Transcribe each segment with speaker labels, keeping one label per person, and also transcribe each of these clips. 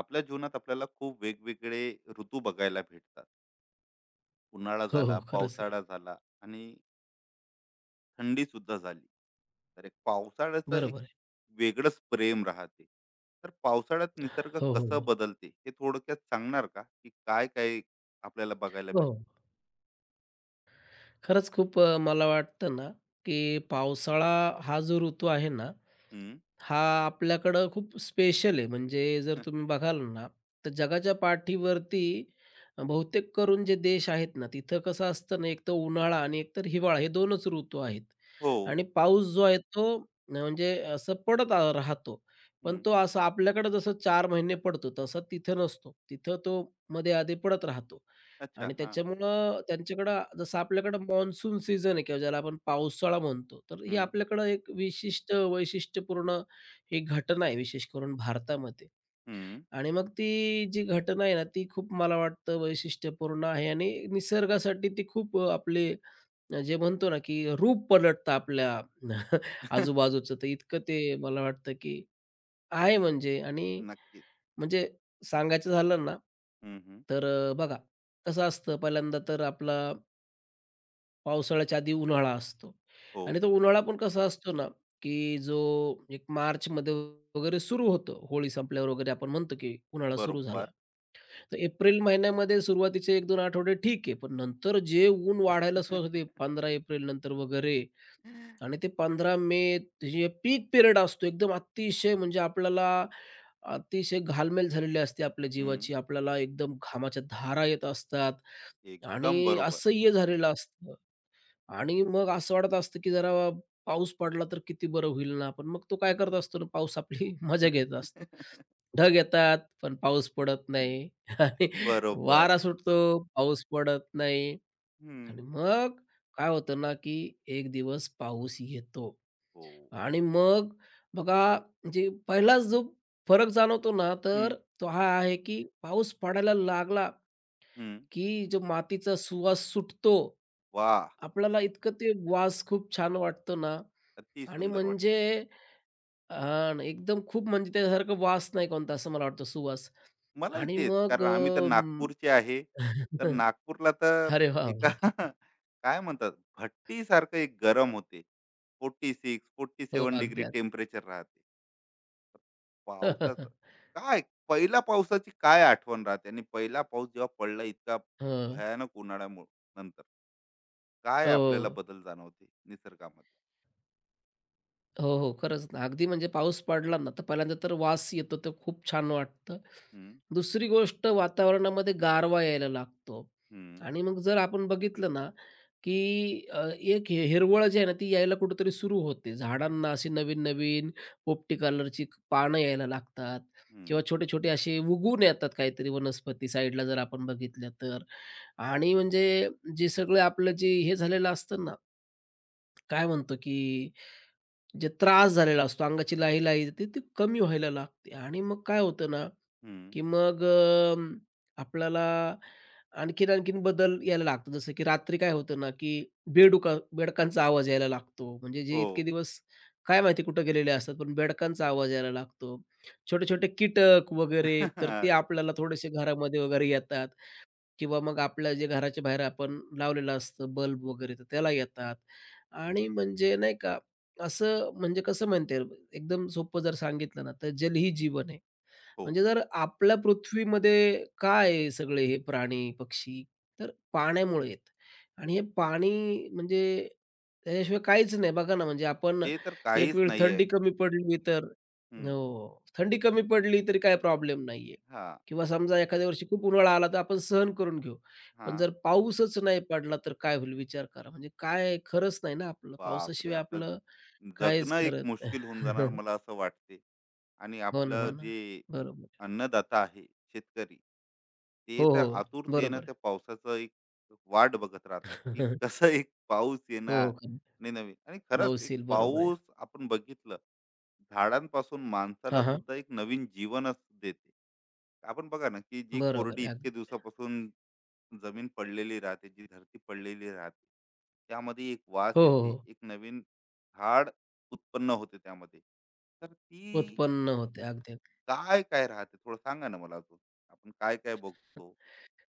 Speaker 1: आपल्या जीवनात आपल्याला खूप वेगवेगळे ऋतू बघायला भेटतात. उन्हाळा
Speaker 2: हो, हो.
Speaker 1: झाला,
Speaker 2: खरंच आहे.
Speaker 1: पावसाळा झाला आणि थंडी सुद्धा झाली. तर एक पावसाळ्याचं एक
Speaker 2: बरोबर आहे.
Speaker 1: वेगळंच प्रेम राहते. तर पावसाळ्यात निसर्ग
Speaker 2: हो, हो,
Speaker 1: कसं
Speaker 2: हो.
Speaker 1: बदलते हे थोडक्यात सांगणार का, की काय काय आपल्याला बघायला
Speaker 2: हो,
Speaker 1: भेटते?
Speaker 2: हो. खरंच खूप मला वाटतं ना, की पावसाळा हा जो ऋतू आहे ना,
Speaker 1: हम्म.
Speaker 2: हा आपल्याकडं खूप स्पेशल आहे. म्हणजे जर
Speaker 1: हं.
Speaker 2: तुम्ही बघाल ना, तर जगाच्या पाठीवरती बहुतेक करून जे देश आहेत ना, तिथं कसं असतं ना, एक तर उन्हाळा आणि एक तर हिवाळा हे 2च ऋतू आहेत.
Speaker 1: हो.
Speaker 2: आणि पाऊस जो आहे तो म्हणजे असं पडत राहतो. पण
Speaker 1: हम्म.
Speaker 2: तो असा आपल्याकडं जसं 4 महिने पडतो, तसा तिथं नसतो. तिथं तो मध्ये-आधी पडत राहतो.
Speaker 1: अच्छा
Speaker 2: आणि
Speaker 1: हा.
Speaker 2: त्याच्यामुळं त्यांच्याकडं जसं आपल्याकडं मान्सून सीझन आहे किंवा ज्याला आपण पावसाळा म्हणतो, तर ही
Speaker 1: हम्म.
Speaker 2: आपल्याकडं एक विशिष्ट वैशिष्ट्यपूर्ण ही घटना आहे विशेष करून भारतामध्ये.
Speaker 1: हम्म.
Speaker 2: आणि मग ती जी घटना आहे ना, ती खूप मला वाटतं वैशिष्ट्यपूर्ण आहे आणि निसर्गासाठी ती खूप आपले जे म्हणतो ना, की रूप पलटतं आपल्या आजूबाजूचं. तर इतकं ते मला वाटतं, की आहे म्हणजे. आणि
Speaker 1: नक्कीच.
Speaker 2: म्हणजे सांगायचं झालं ना,
Speaker 1: हम्म. हम्म.
Speaker 2: तर बघा कसं असतं पहिल्यांदा तर आपला पावसाळ्याच्या आधी उन्हाळा असतो.
Speaker 1: हो.
Speaker 2: आणि तो उन्हाळा पण कसा असतो ना, की जो एक मार्चमध्ये वगैरे सुरू होतो. होळी संपल्यावर वगैरे आपण म्हणतो, की उन्हाळा सुरू झाला.
Speaker 1: बरोबर.
Speaker 2: तर एप्रिल महिन्यामध्ये सुरुवातीचे 1-2 आठवडे ठीक आहे. पण नंतर जे ऊन वाढायला सुरुवात होते 15 एप्रिल नंतर वगैरे, आणि ते 15 मे जे पीक पिरियड असतो एकदम अतिशय, म्हणजे आपल्याला अतिशय घालमेल झालेली असते आपल्या
Speaker 1: हम्म.
Speaker 2: जीवाची. आपल्याला एकदम घामाच्या धारा येत असतात
Speaker 1: एकदम
Speaker 2: आणि
Speaker 1: बरोबर.
Speaker 2: असह्य झालेलं असतं. आणि मग असं वाटत असतं, की जरा पाऊस पडला तर किती बरं होईल ना. पण मग तो काय करत असतो ना, पाऊस आपली मजा घेत असतो. ढग येतात, पण पाऊस पडत नाही. आणि
Speaker 1: बरोबर.
Speaker 2: वारा सुटतो, पाऊस पडत नाही. आणि
Speaker 1: हं.
Speaker 2: मग काय होतं ना, की एक दिवस पाऊस येतो.
Speaker 1: हो.
Speaker 2: आणि मग बघा, म्हणजे पहिलाच जो फरक जाणवतो ना,
Speaker 1: हं,
Speaker 2: तर तो हा आहे, की पाऊस पडायला लागला
Speaker 1: हं.
Speaker 2: की जो मातीचा सुवास सुटतो,
Speaker 1: वाह!
Speaker 2: आपल्याला इतकं ते वास खूप छान वाटतो ना.
Speaker 1: अति
Speaker 2: आणि
Speaker 1: सुंदर वाटलं.
Speaker 2: म्हणजे एकदम खूप म्हणजे त्याच्यासारखा वास नाही कोणता असं मला वाटतं सुवास.
Speaker 1: मलाही
Speaker 2: आणि
Speaker 1: तेच,
Speaker 2: मग
Speaker 1: कारण आम्ही तर नागपूरचे आहे. तर नागपूरला तर
Speaker 2: अरे वाह,
Speaker 1: एका
Speaker 2: वाह!
Speaker 1: काय म्हणतात, भट्टीसारखं एक गरम होते.
Speaker 2: हो,
Speaker 1: 46-47
Speaker 2: अगदी,
Speaker 1: डिग्री
Speaker 2: अगदी.
Speaker 1: टेम्परेचर राहते. तर पावसाचं काय, पहिल्या पावसाची काय आठवण राहते, आणि पहिला पाऊस जेव्हा पडला इतका
Speaker 2: हं.
Speaker 1: भयानक उन्हाळ्यामुळं नंतर, काय आपल्याला
Speaker 2: हो.
Speaker 1: बदल जाणवते निसर्गामध्ये?
Speaker 2: हो, हो. खरंच ना. अगदी म्हणजे पाऊस पडला ना, तर पहिल्यांदा तर वास येतो, तर खूप छान वाटतं.
Speaker 1: हं,
Speaker 2: दुसरी गोष्ट, वातावरणामध्ये गारवा यायला लागतो.
Speaker 1: हं,
Speaker 2: आणि मग जर आपण बघितलं ना, की एक हे हिरवळ जी आहे ना, ती यायला कुठेतरी सुरू होते. झाडांना अशी नवीन-नवीन पोपटी कलरची पानं यायला लागतात,
Speaker 1: हं.
Speaker 2: किंवा छोटे-छोटे असे उगवून येतात काहीतरी वनस्पती साईडला जर आपण बघितल्या तर. आणि म्हणजे जे सगळं आपलं जे हे झालेलं असतं ना, काय म्हणतो की जे त्रास झालेला असतो, अंगाची लाही-लाही येते ती कमी व्हायला लागते. आणि मग काय होतं ना,
Speaker 1: हं.
Speaker 2: की मग आपल्याला आणखीन-आणखीन बदल यायला लागतो. जसं की रात्री काय होतं ना, की बेडकांचा आवाज यायला लागतो. म्हणजे जे
Speaker 1: हो.
Speaker 2: इतके दिवस काय माहिती कुठे गेलेले असतात, पण बेडकांचा आवाज यायला लागतो. छोटे-छोटे कीटक वगैरे, तर ते आपल्याला थोडेसे घरामध्ये वगैरे येतात. किंवा मग आपलं जे घराच्या बाहेर आपण लावलेलं असतं बल्ब वगैरे तर त्याला येतात. आणि म्हणजे नाही का असं म्हणजे कसं म्हणता, एकदम सोपं जर सांगितलं ना तर जल ही जीवन आहे.
Speaker 1: हो.
Speaker 2: म्हणजे जर आपल्या पृथ्वीमध्ये काय आहे सगळे हे प्राणी, पक्षी? तर पाण्यामुळे आहेत. आणि हे पाणी म्हणजे त्याच्याशिवाय काहीच नाही. बघा ना, म्हणजे आपण
Speaker 1: ते तर
Speaker 2: एक
Speaker 1: काहीच
Speaker 2: वेळ
Speaker 1: नाहीये.
Speaker 2: थंडी कमी पडली तर.
Speaker 1: हं.
Speaker 2: हो. थंडी कमी पडली तरी काही प्रॉब्लेम नाहीये,
Speaker 1: हां.
Speaker 2: किंवा समजा एखाद्या वर्षी खूप उन्हाळा आला तर आपण सहन करून घेऊ. पण
Speaker 1: हां.
Speaker 2: जर पाऊसच नाही पडला तर काय होईल विचार करा. म्हणजे काय खरंच नाही ना आपलं.
Speaker 1: बापरे!
Speaker 2: पावसाशिवाय आपलं
Speaker 1: आपलं
Speaker 2: काहीच
Speaker 1: जगणं एक
Speaker 2: खरं
Speaker 1: मुश्किल होऊन जाणार मला असं वाटते. आणि
Speaker 2: हो ना,
Speaker 1: आपलं
Speaker 2: हो ना.
Speaker 1: जे
Speaker 2: बरोबर.
Speaker 1: अन्नदाता आहे, शेतकरी, ते
Speaker 2: हो,
Speaker 1: तर
Speaker 2: हो.
Speaker 1: आतुरतेनं
Speaker 2: बरोबर.
Speaker 1: त्या पावसाचं एक वाट बघत राहतात, की कसं एक पाऊस येणार
Speaker 2: हो, का.
Speaker 1: आणि नवीन, आणि खरंच
Speaker 2: पाऊस
Speaker 1: एक
Speaker 2: येईल, बरोबर आहे.
Speaker 1: पाऊस आपण बघितलं, झाडांपासून माणसाला
Speaker 2: हां, हां.
Speaker 1: सुद्धा एक नवीन जीवनच देते. आपण बघा ना, की जी कोरडी
Speaker 2: बरोबर आहे
Speaker 1: इतके
Speaker 2: अगदी.
Speaker 1: दिवसापासून जमीन पडलेली राहते, जी धरती पडलेली राहते, त्यामध्ये एक वास
Speaker 2: हो, हो,
Speaker 1: येते,
Speaker 2: हो.
Speaker 1: एक नवीन झाड उत्पन्न होते त्यामध्ये. तर ती
Speaker 2: उत्पन्न होते अगदी.
Speaker 1: काय काय राहते थोडं सांगा ना मला अजून, आपण काय काय बघतो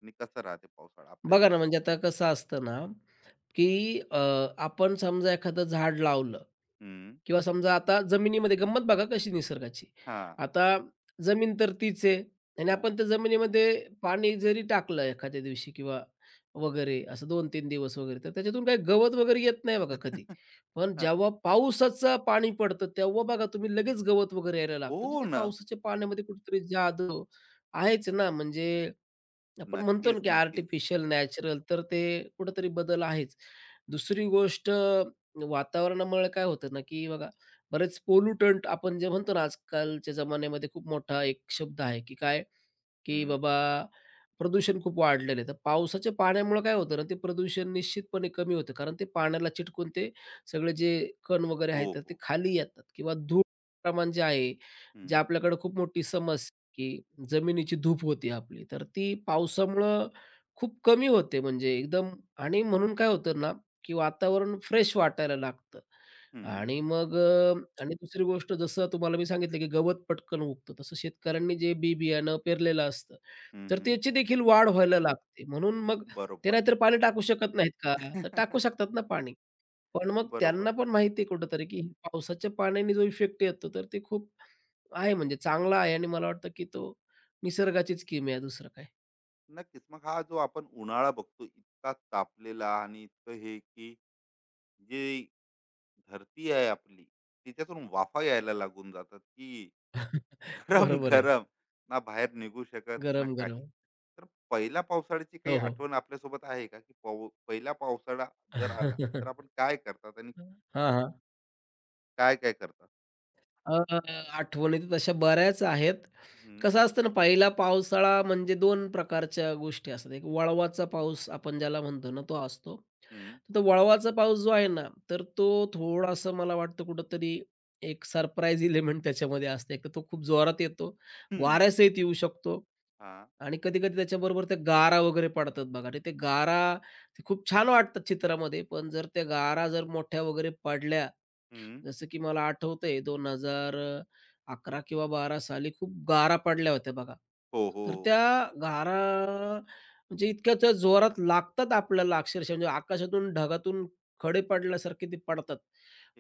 Speaker 1: आणि कसं राहते पावसाळा आपल्या
Speaker 2: बघा ना,
Speaker 1: इथे?
Speaker 2: म्हणजे आता कसं असतं ना, की अ, आपण समजा एखादं झाड लावलं,
Speaker 1: हम्म.
Speaker 2: किंवा समजा आता जमिनीमध्ये गंमत बघा कशी निसर्गाची.
Speaker 1: हा.
Speaker 2: आता जमीन तर तीच आहे आणि
Speaker 1: हो.
Speaker 2: आपण त्या जमिनीमध्ये पाणी जरी टाकलं एखाद्या दिवशी किंवा वगैरे असं 2-3 दिवस वगैरे, तर त्याच्यातून काही गवत वगैरे येत नाही बघा कधी. पण
Speaker 1: हा,
Speaker 2: जेव्हा पावसाचं पाणी पडतं, तेव्हा बघा तुम्ही लगेच गवत वगैरे यायला
Speaker 1: हो
Speaker 2: लागतं. म्हणजे ते
Speaker 1: ना.
Speaker 2: पावसाच्या पाण्यामध्ये कुठेतरी जादू आहेच ना. म्हणजे आपण म्हणतो ना,
Speaker 1: नक्कीच,
Speaker 2: की
Speaker 1: नक्कीच.
Speaker 2: आर्टिफिशियल, नॅचरल तर ते कुठेतरी बदल आहेच. दुसरी गोष्ट, वातावरणामुळे काय होतं ना, की बघा बरेच पोल्युटंट आपण जे म्हणतो ना, आजकालच्या जमान्यामध्ये खूप मोठा एक शब्द आहे, की काय, की
Speaker 1: हम्म.
Speaker 2: बाबा प्रदूषण खूप वाढलेलं आहे. तर पावसाच्या पाण्यामुळे काय होतं ना, ते प्रदूषण निश्चितपणे कमी होतं. कारण ते पाण्याला चिटकून ते सगळे जे कण वगैरे
Speaker 1: हो,
Speaker 2: आहेत, तर ते
Speaker 1: हो.
Speaker 2: खाली येतात. किंवा धूळ प्रमाण जे आहे, जे
Speaker 1: हम्म.
Speaker 2: आपल्याकडे खूप मोठी समस्या आहे, की जमिनीची धूप होती आपली, तर ती पावसामुळं खूप कमी होते, म्हणजे एकदम. आणि म्हणून काय होतं ना, की वातावरण फ्रेश वाटायला लागतं.
Speaker 1: हम्म.
Speaker 2: आणि मग आणि दुसरी गोष्ट जसं तुम्हाला मी सांगितलं, की गवत पटकन उगतं, तसं शेतकऱ्यांनी जे बी-बियाणं पेरलेलं असतं,
Speaker 1: हम्म.
Speaker 2: तर
Speaker 1: हम्म.
Speaker 2: त्याची देखील वाढ व्हायला लागते. म्हणून मग ते
Speaker 1: बरोबर.
Speaker 2: नाहीतर पाणी टाकू शकत नाहीत का? तर टाकू शकतात ना पाणी. पण मग
Speaker 1: बरोबर.
Speaker 2: त्यांना पण माहिती आहे कुठेतरी, की पावसाच्या पाण्याने जो इफेक्ट येतो, तर ते खूप आहे म्हणजे चांगला आहे. आणि मला वाटतं, की तो निसर्गाचीच किम आहे दुसरं काय.
Speaker 1: नक्कीच. मग हा जो आपण उन्हाळा बघतो, इतका तापलेला आणि इतकं हे, की जे धरती आहे आपली, तिच्यातून वाफा यायला लागून जातात की गरम
Speaker 2: बरोबर आहे.
Speaker 1: गरम, ना बाहेर निघू शकत ना काही,
Speaker 2: गरम-गरम.
Speaker 1: तर पहिला पावसाळ्याची काही
Speaker 2: हो, हो.
Speaker 1: आठवण आपल्यासोबत आहे का, की पहिला पावसाळा जर आला तर आपण काय करतात आणि
Speaker 2: हां, हां.
Speaker 1: काय काय करतात?
Speaker 2: अ, आठवणी तर तशा बऱ्याच आहेत.
Speaker 1: हं,
Speaker 2: कसं असतं ना, पहिला पावसाळा म्हणजे 2 प्रकारच्या गोष्टी असतात. एक वळवाचा पाऊस आपण ज्याला म्हणतो ना, तो असतो.
Speaker 1: हं,
Speaker 2: तर तो वळवाचा पाऊस जो आहे ना, तर तो थोडासा मला वाटतं कुठेतरी एक सरप्राईज एलिमेंट त्याच्यामध्ये असते. एक तर तो खूप जोरात येतो,
Speaker 1: हं,
Speaker 2: वाऱ्यासहित येऊ शकतो
Speaker 1: हां,
Speaker 2: आणि कधी-कधी त्याच्याबरोबर त्या गारा वगैरे पडतात बघा. आणि ते गारा ते खूप छान वाटतात चित्रामध्ये, पण जर त्या गारा जर मोठ्या वगैरे पडल्या,
Speaker 1: हं.
Speaker 2: जसं की मला आठवतंय 2011 किंवा 12 साली खूप गारा पडल्या होत्या बघा.
Speaker 1: हो, हो,
Speaker 2: तर
Speaker 1: हो.
Speaker 2: त्या गारा म्हणजे इतक्या त्या जोरात लागतात आपल्याला, अक्षरशः म्हणजे आकाशातून ढगातून खडे पडल्यासारखे ते पडतात.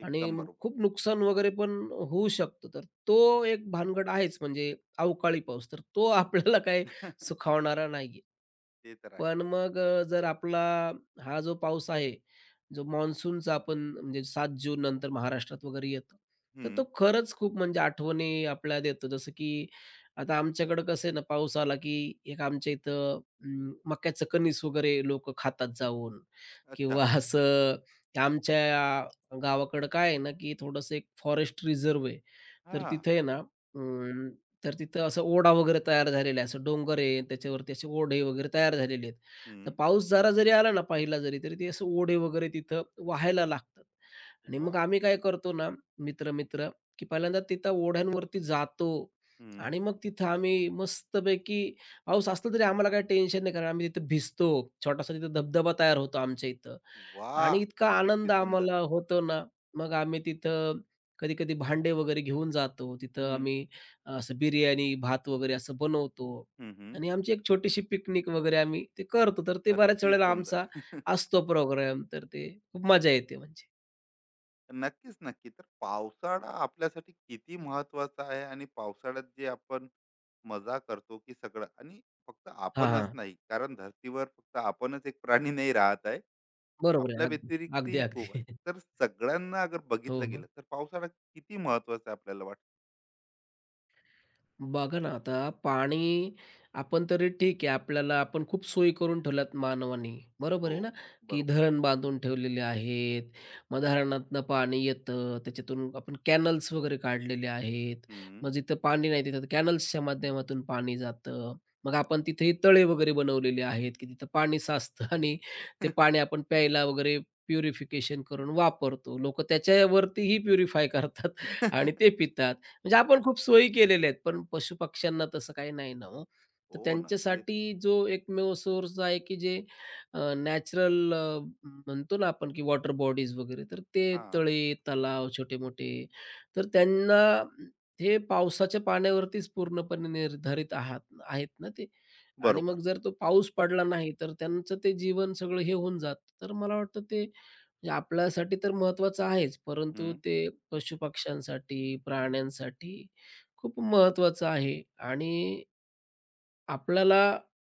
Speaker 2: आणि
Speaker 1: एकदम
Speaker 2: मग
Speaker 1: बरोबर.
Speaker 2: खूप नुकसान वगैरे पण होऊ शकतं. तर तो एक भानगड आहेच, म्हणजे अवकाळी पाऊस. तर तो आपल्याला काही सुखावणारा नाहीये.
Speaker 1: ते तर आहे.
Speaker 2: पण मग जर आपला हा जो पाऊस आहे, जो मान्सूनचा आपण म्हणजे 7 जून नंतर महाराष्ट्रात वगैरे येतो. तर तो
Speaker 1: हं.
Speaker 2: खरंच खूप म्हणजे आठवणी आपल्याला देतो. जसं की आता आमच्याकडं कसं आहे ना, पाऊस आला की एक आमच्या इथं मक्याचं कणीस वगैरे लोकं खातात जाऊन,
Speaker 1: अच्छा.
Speaker 2: किंवा असं आमच्या गावाकडं काय आहे ना, की थोडंसं एक फॉरेस्ट रिझर्व्ह आहे. तर
Speaker 1: हां.
Speaker 2: तिथे आहे ना, तर तिथं असं ओढा वगैरे तयार झालेला आहे. असं डोंगर आहे, त्याच्यावरती असे ओढे वगैरे तयार झालेले आहेत. तर
Speaker 1: हं.
Speaker 2: पाऊस जरा जरी आला ना, पहिला जरी, तरी ते असं ओढे वगैरे तिथं वाहायला लागतात. आणि मग
Speaker 1: वा.
Speaker 2: आम्ही काय करतो ना, मित्र-मित्र, की पहिल्यांदा तिथं ओढ्यांवरती जातो.
Speaker 1: हं.
Speaker 2: आणि मग तिथं आम्ही मस्तपैकी पाऊस असला तरी आम्हाला काही टेन्शन नाही, कारण आम्ही तिथं भिजतो. छोटासा तिथं धबधबा तयार होतो आमच्या इथं, आणि
Speaker 1: वाह!
Speaker 2: इतका
Speaker 1: किती
Speaker 2: आनंद
Speaker 1: सुंदर.
Speaker 2: आम्हाला होतो ना, मग आम्ही तिथं कधी-कधी भांडे वगैरे घेऊन जातो. तिथं
Speaker 1: हं.
Speaker 2: आम्ही असं बिर्याणी, भात वगैरे असं बनवतो.
Speaker 1: हं, हं.
Speaker 2: आणि आमची एक छोटीशी पिकनिक वगैरे आम्ही ते करतो. तर ते बऱ्याच
Speaker 1: अति
Speaker 2: वेळेला आमचा
Speaker 1: सुंदर.
Speaker 2: असतो प्रोग्राम. तर ते खूप मजा येते म्हणजे.
Speaker 1: नक्कीच, नक्की. तर पावसाळा आपल्यासाठी किती महत्त्वाचा आहे, आणि पावसाळ्यात जे आपण मजा करतो की सगळं, आणि फक्त
Speaker 2: हां,
Speaker 1: आपणच
Speaker 2: हां.
Speaker 1: नाही, कारण धरतीवर फक्त आपणच एक प्राणी नाही राहत आहे.
Speaker 2: बरोबर आहे.
Speaker 1: आपल्या
Speaker 2: अगदी, अगदी,
Speaker 1: व्यतिरिक्तही खूप आहे.
Speaker 2: अगदी.
Speaker 1: तर सगळ्यांना अगर
Speaker 2: हो,
Speaker 1: बघितलं
Speaker 2: हो.
Speaker 1: गेलं, तर पावसाळा किती महत्त्वाचा आहे आपल्याला वाटतं?
Speaker 2: बघा ना आता पाणी आपण तरी ठीक आहे, आपल्याला आपण खूप सोयी करून ठेवल्यात मानवाने. बरोबर
Speaker 1: हो.
Speaker 2: आहे ना, की
Speaker 1: बरोबर.
Speaker 2: धरण बांधून ठेवलेले आहेत. मग धरणातनं पाणी येतं. त्याच्यातून आपण कॅनल्स वगैरे काढलेले आहेत. मग
Speaker 1: हं.
Speaker 2: जिथं पाणी नाही तिथं कॅनल्सच्या माध्यमातून पाणी जातं. मग आपण तिथेही तळे वगैरे बनवलेले आहेत, की तिथं पाणी साचतं आणि ते पाणी आपण प्यायला वगैरे प्युरिफिकेशन करून वापरतो. लोकं त्याच्यावरतीही प्युरिफाय करतात आणि ते पितात. म्हणजे आपण खूप सोयी केलेल्या आहेत, पण पशुपक्ष्यांना तसं काही नाही ना हो. तर
Speaker 1: हो ना, तेच.
Speaker 2: त्यांच्यासाठी जो एकमेव सोर्स आहे, की जे नॅचरल म्हणतो ना आपण, की वॉटर बॉडीज वगैरे, तर ते
Speaker 1: हां,
Speaker 2: तळे, तलाव छोटे-मोठे, तर त्यांना हे पावसाच्या पाण्यावरतीच पूर्णपणे निर्धारित आहात आहेत ना ते. आणि
Speaker 1: बरोबर.
Speaker 2: मग जर तो पाऊस पडला नाही, तर त्यांचं ते जीवन सगळं हे होऊन जातं. तर मला वाटतं ते म्हणजे आपल्यासाठी तर महत्त्वाचं आहेच, परंतु ते पशुपक्ष्यांसाठी, प्राण्यांसाठी खूप महत्त्वाचं आहे. आणि आपल्याला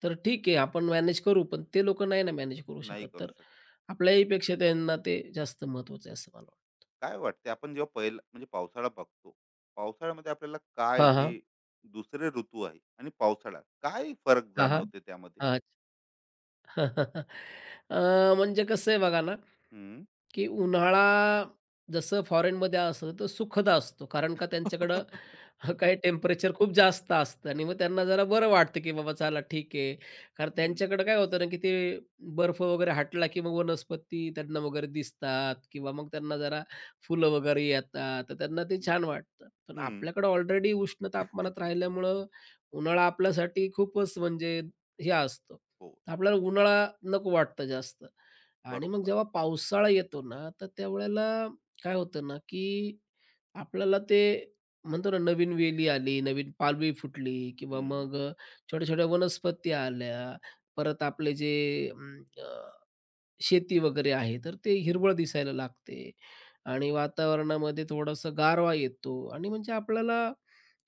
Speaker 2: तर ठीक आहे, आपण मॅनेज करू, पण ते लोक नाही ना मॅनेज करू
Speaker 1: नाही
Speaker 2: शकत.
Speaker 1: करू
Speaker 2: तर
Speaker 1: शकत.
Speaker 2: आपल्याहीपेक्षा त्यांना ते जास्त महत्त्वाचं आहे, असं मला वाटतं.
Speaker 1: काय वाटते आपण जेव्हा पहिला म्हणजे पावसाळा बघतो, पावसाळ्यामध्ये आपल्याला काय
Speaker 2: हां, हां.
Speaker 1: जे दुसरे ऋतू आहे आणि पावसाळा, काय फरक
Speaker 2: हां, हां.
Speaker 1: जाणवते त्यामध्ये?
Speaker 2: अ, म्हणजे कसं आहे बघा ना,
Speaker 1: हं.
Speaker 2: की उन्हाळा जसं फॉरेनमध्ये असतं तो सुखद असतो. कारण का त्यांच्याकडं काही टेम्परेचर खूप जास्त असतं आणि मग त्यांना जरा बरं वाटतं, की बाबा चला ठीक आहे. कारण
Speaker 1: हं,
Speaker 2: त्यांच्याकडे काय होतं ना, की ते बर्फ वगैरे हटला, की मग वनस्पती त्यांना वगैरे दिसतात किंवा मग त्यांना जरा फुलं वगैरे येतात. तर त्यांना ते
Speaker 1: हं,
Speaker 2: छान वाटतं. पण
Speaker 1: हं.
Speaker 2: आपल्याकडे ऑलरेडी उष्ण तापमानात राहिल्यामुळं उन्हाळा आपल्यासाठी खूपच म्हणजे हे असतो.
Speaker 1: हो.
Speaker 2: आपल्याला उन्हाळा नको वाटतं जास्त. आणि मग
Speaker 1: बरोबर.
Speaker 2: जेव्हा पावसाळा येतो ना, तर त्यावेळेला काय होतं ना, की आपल्याला ते म्हणतो ना, नवीन वेली आली, नवीन पालवी फुटली, किंवा
Speaker 1: हं,
Speaker 2: मग छोट्या-छोट्या वनस्पती आल्या. परत आपले जे शेती वगैरे आहे, तर ते
Speaker 1: हं.
Speaker 2: हिरवळ दिसायला लागते. आणि वातावरणामध्ये थोडासा गारवा येतो आणि म्हणजे आपल्याला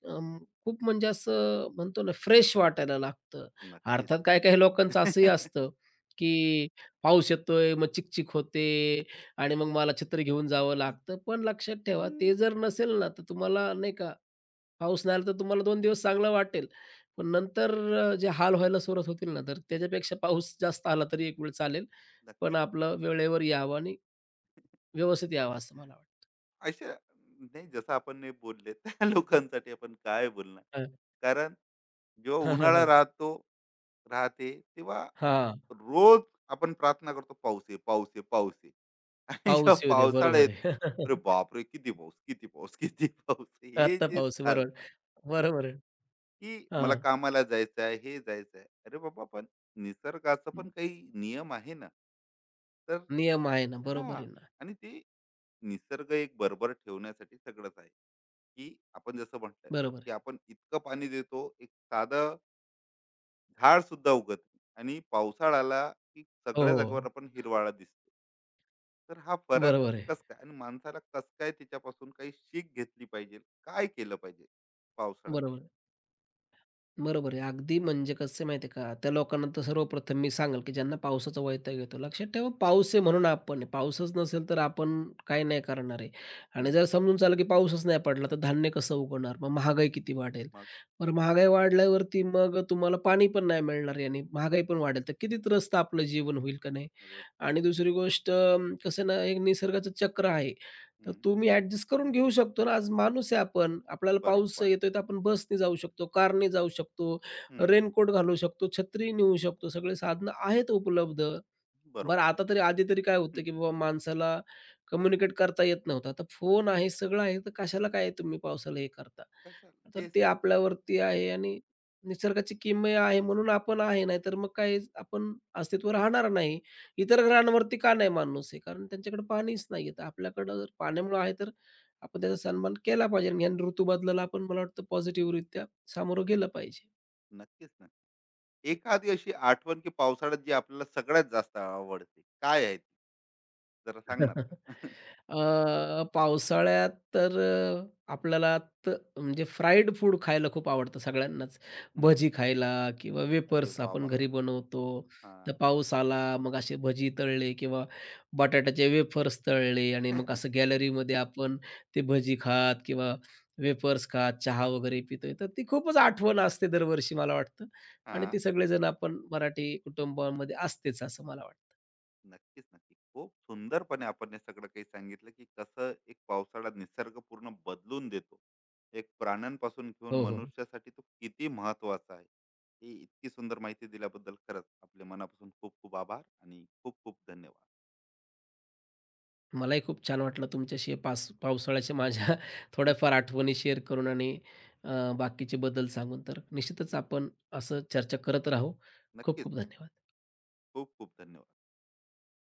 Speaker 2: अं, खूप म्हणजे असं म्हणतो ना फ्रेश वाटायला लागतं.
Speaker 1: नक्कीच.
Speaker 2: अर्थात काही-काही लोकांचं असंही असतं, की पाऊस येतोय, मग चिकचिक होते आणि मग मला छत्री घेऊन जावं लागतं. पण लक्षात ठेवा,
Speaker 1: हं.
Speaker 2: ते जर नसेल ना, तर तुम्हाला नाही का, पाऊस नाही आला तर तुम्हाला 2 दिवस चांगलं वाटेल. पण नंतर जे हाल व्हायला सुरुवात होतील ना, तर त्याच्यापेक्षा पाऊस जास्त आला तरी एक वेळ चालेल. पण
Speaker 1: नक्कीच.
Speaker 2: आपलं वेळेवर यावं आणि व्यवस्थित यावं असं मला वाटतं.
Speaker 1: अशा, नाही जसं आपण नाही बोलले, त्या लोकांसाठी आपण काय बोलणार?
Speaker 2: हं.
Speaker 1: कारण जेव्हा
Speaker 2: हां, हां,
Speaker 1: उन्हाळा
Speaker 2: हां.
Speaker 1: राहतो, राहते, तेव्हा
Speaker 2: हां,
Speaker 1: रोज आपण प्रार्थना करतो, "पाऊस ये, पाऊस ये, पाऊस ये." आणि जेव्हा
Speaker 2: पाऊस येऊ दे.
Speaker 1: पावसाळा
Speaker 2: बरोबर
Speaker 1: येतो,
Speaker 2: आहे.
Speaker 1: अरे बापरे! किती पाऊस, किती पाऊस, किती पाऊस. हे
Speaker 2: आत्ता
Speaker 1: जे
Speaker 2: पाऊस आहे. बरोबर.
Speaker 1: चालतात,
Speaker 2: बरोबर आहे.
Speaker 1: की मला
Speaker 2: हां.
Speaker 1: कामाला जायचं आहे, हे जायचं आहे. अरे बाबा, पण निसर्गाचा पण काही नियम आहे ना. तर
Speaker 2: नियम आहे ना. बरोबर
Speaker 1: हां.
Speaker 2: आहे ना.
Speaker 1: आणि ते निसर्ग एक बरोबर ठेवण्यासाठी सगळंच आहे, की आपण जसं म्हटलं,
Speaker 2: बरोबर
Speaker 1: की
Speaker 2: आहे.
Speaker 1: आपण इतकं पाणी देतो, एक साधं झाड सुद्धा उगत नाही. आणि पावसाळा आला की
Speaker 2: हो,
Speaker 1: सगळ्या
Speaker 2: हो.
Speaker 1: जागेवर आपण हिरवाळा दिसतो. तर हा फरक
Speaker 2: बरोबर आहे.
Speaker 1: कस काय, आणि माणसाला कस काय, त्याच्यापासून काही शीख घेतली पाहिजे, काय केलं पाहिजे
Speaker 2: बरोबर.
Speaker 1: पावसाळ्यामध्ये?
Speaker 2: आहे. बरोबर आहे. अगदी म्हणजे कसं आहे माहिती आहे का, त्या लोकांना तर सर्वप्रथम मी सांगेल, की ज्यांना पावसाचा वैताग येतो, लक्षात ठेवा पाऊस आहे म्हणून आपण आहे. पाऊसच नसेल तर आपण काही नाही करणार आहे. आणि
Speaker 1: हम्म.
Speaker 2: जर समजून चाललं, की पाऊसच नाही पडला, तर धान्य कसं उगवणार? मग महागाई किती वाढेल?
Speaker 1: मग,
Speaker 2: बरं महागाई वाढल्यावरती मग तुम्हाला पाणी पण नाही मिळणार आहे आणि महागाई पण वाढेल, तर किती त्रस्त आपलं जीवन होईल का नाही?
Speaker 1: अरे
Speaker 2: आणि
Speaker 1: बाप
Speaker 2: दुसरी गोष्ट कसं आहे ना, एक निसर्गाचं चक्र आहे. तर
Speaker 1: हम्म.
Speaker 2: तो मी ॲडजस्ट करून घेऊ शकतो ना. आज माणूस आहे आपण. आपल्याला पाऊस
Speaker 1: बरोबर.
Speaker 2: येतोय तर आपण बसने जाऊ शकतो, कारने जाऊ शकतो,
Speaker 1: हम्म.
Speaker 2: रेनकोट घालू शकतो, छत्री नेऊ शकतो. सगळे साधनं आहेत उपलब्ध. बरं
Speaker 1: बरोबर.
Speaker 2: आता तरी आधी तरी काय
Speaker 1: हम्म.
Speaker 2: होतं, की बाबा माणसाला कम्युनिकेट करता येत नव्हतं. आता फोन आहे, सगळं आहे, तर कशाला काय तुम्ही पावसाला हे करता?
Speaker 1: कशाला,
Speaker 2: तर
Speaker 1: तेच
Speaker 2: ते
Speaker 1: तर.
Speaker 2: आपल्यावरती आहे आणि निसर्गाची किमया आहे म्हणून आपण आहे. नाहीतर मग काय आपण अस्तित्व राहणार नाही. इतर ग्रहांवरती का नाही माणूस आहे? कारण त्यांच्याकडे पाणीच नाहीये. तर आपल्याकडं जर पाण्यामुळं आहे, तर आपण त्याचा सन्मान केला पाहिजे आणि ह्या ऋतू बदलाला आपण मला वाटतं पॉझिटिव्हरित्या सामोरं गेलं पाहिजे.
Speaker 1: नक्कीच ना. एखादी अशी आठवण, की पावसाळ्यात जी आपल्याला सगळ्यात जास्त आवडते, काय आहे ती, जरा सांगणार का?
Speaker 2: पावसाळ्यात तर आपल्याला त म्हणजे फ्राईड फूड खायला खूप आवडतं सगळ्यांनाच.
Speaker 1: हम्म.
Speaker 2: भजी खायला किंवा
Speaker 1: अरे
Speaker 2: वेफर्स
Speaker 1: वा
Speaker 2: आपण
Speaker 1: वा.
Speaker 2: घरी बनवतो. तर
Speaker 1: हा.
Speaker 2: पाऊस आला, मग असे भजी तळले किंवा बटाट्याचे वेफर्स तळले आणि मग असं गॅलरीमध्ये आपण ते भजी खात किंवा वेफर्स खात, चहा वगैरे पितोय. तर ती खूपच आठवण असते दरवर्षी मला वाटतं. आणि
Speaker 1: हा.
Speaker 2: ते सगळेजण आपण मराठी कुटुंबामध्ये असतेच असं मला वाटतं.
Speaker 1: नक्कीच, नक्की. खूप सुंदरपणे आपण हे सगळं काही सांगितलं, की कसं एक पावसाळा निसर्ग पूर्ण बदलून देतो, एक प्राण्यांपासून घेऊन
Speaker 2: हो, हो.
Speaker 1: मनुष्यासाठी तो किती महत्वाचा आहे. ही इतकी सुंदर माहिती दिल्याबद्दल खरंच आपले मनापासून खूप खूप आभार आणि खूप खूप धन्यवाद.
Speaker 2: मलाही खूप छान वाटलं तुमच्याशी पास पावसाळ्याच्या माझ्या थोड्याफार आठवणी शेअर करून, आणि बाकीचे बदल सांगून. तर निश्चितच आपण असं चर्चा करत राहू. खूप
Speaker 1: नक्कीच.
Speaker 2: खूप धन्यवाद.
Speaker 1: खूप खूप धन्यवाद.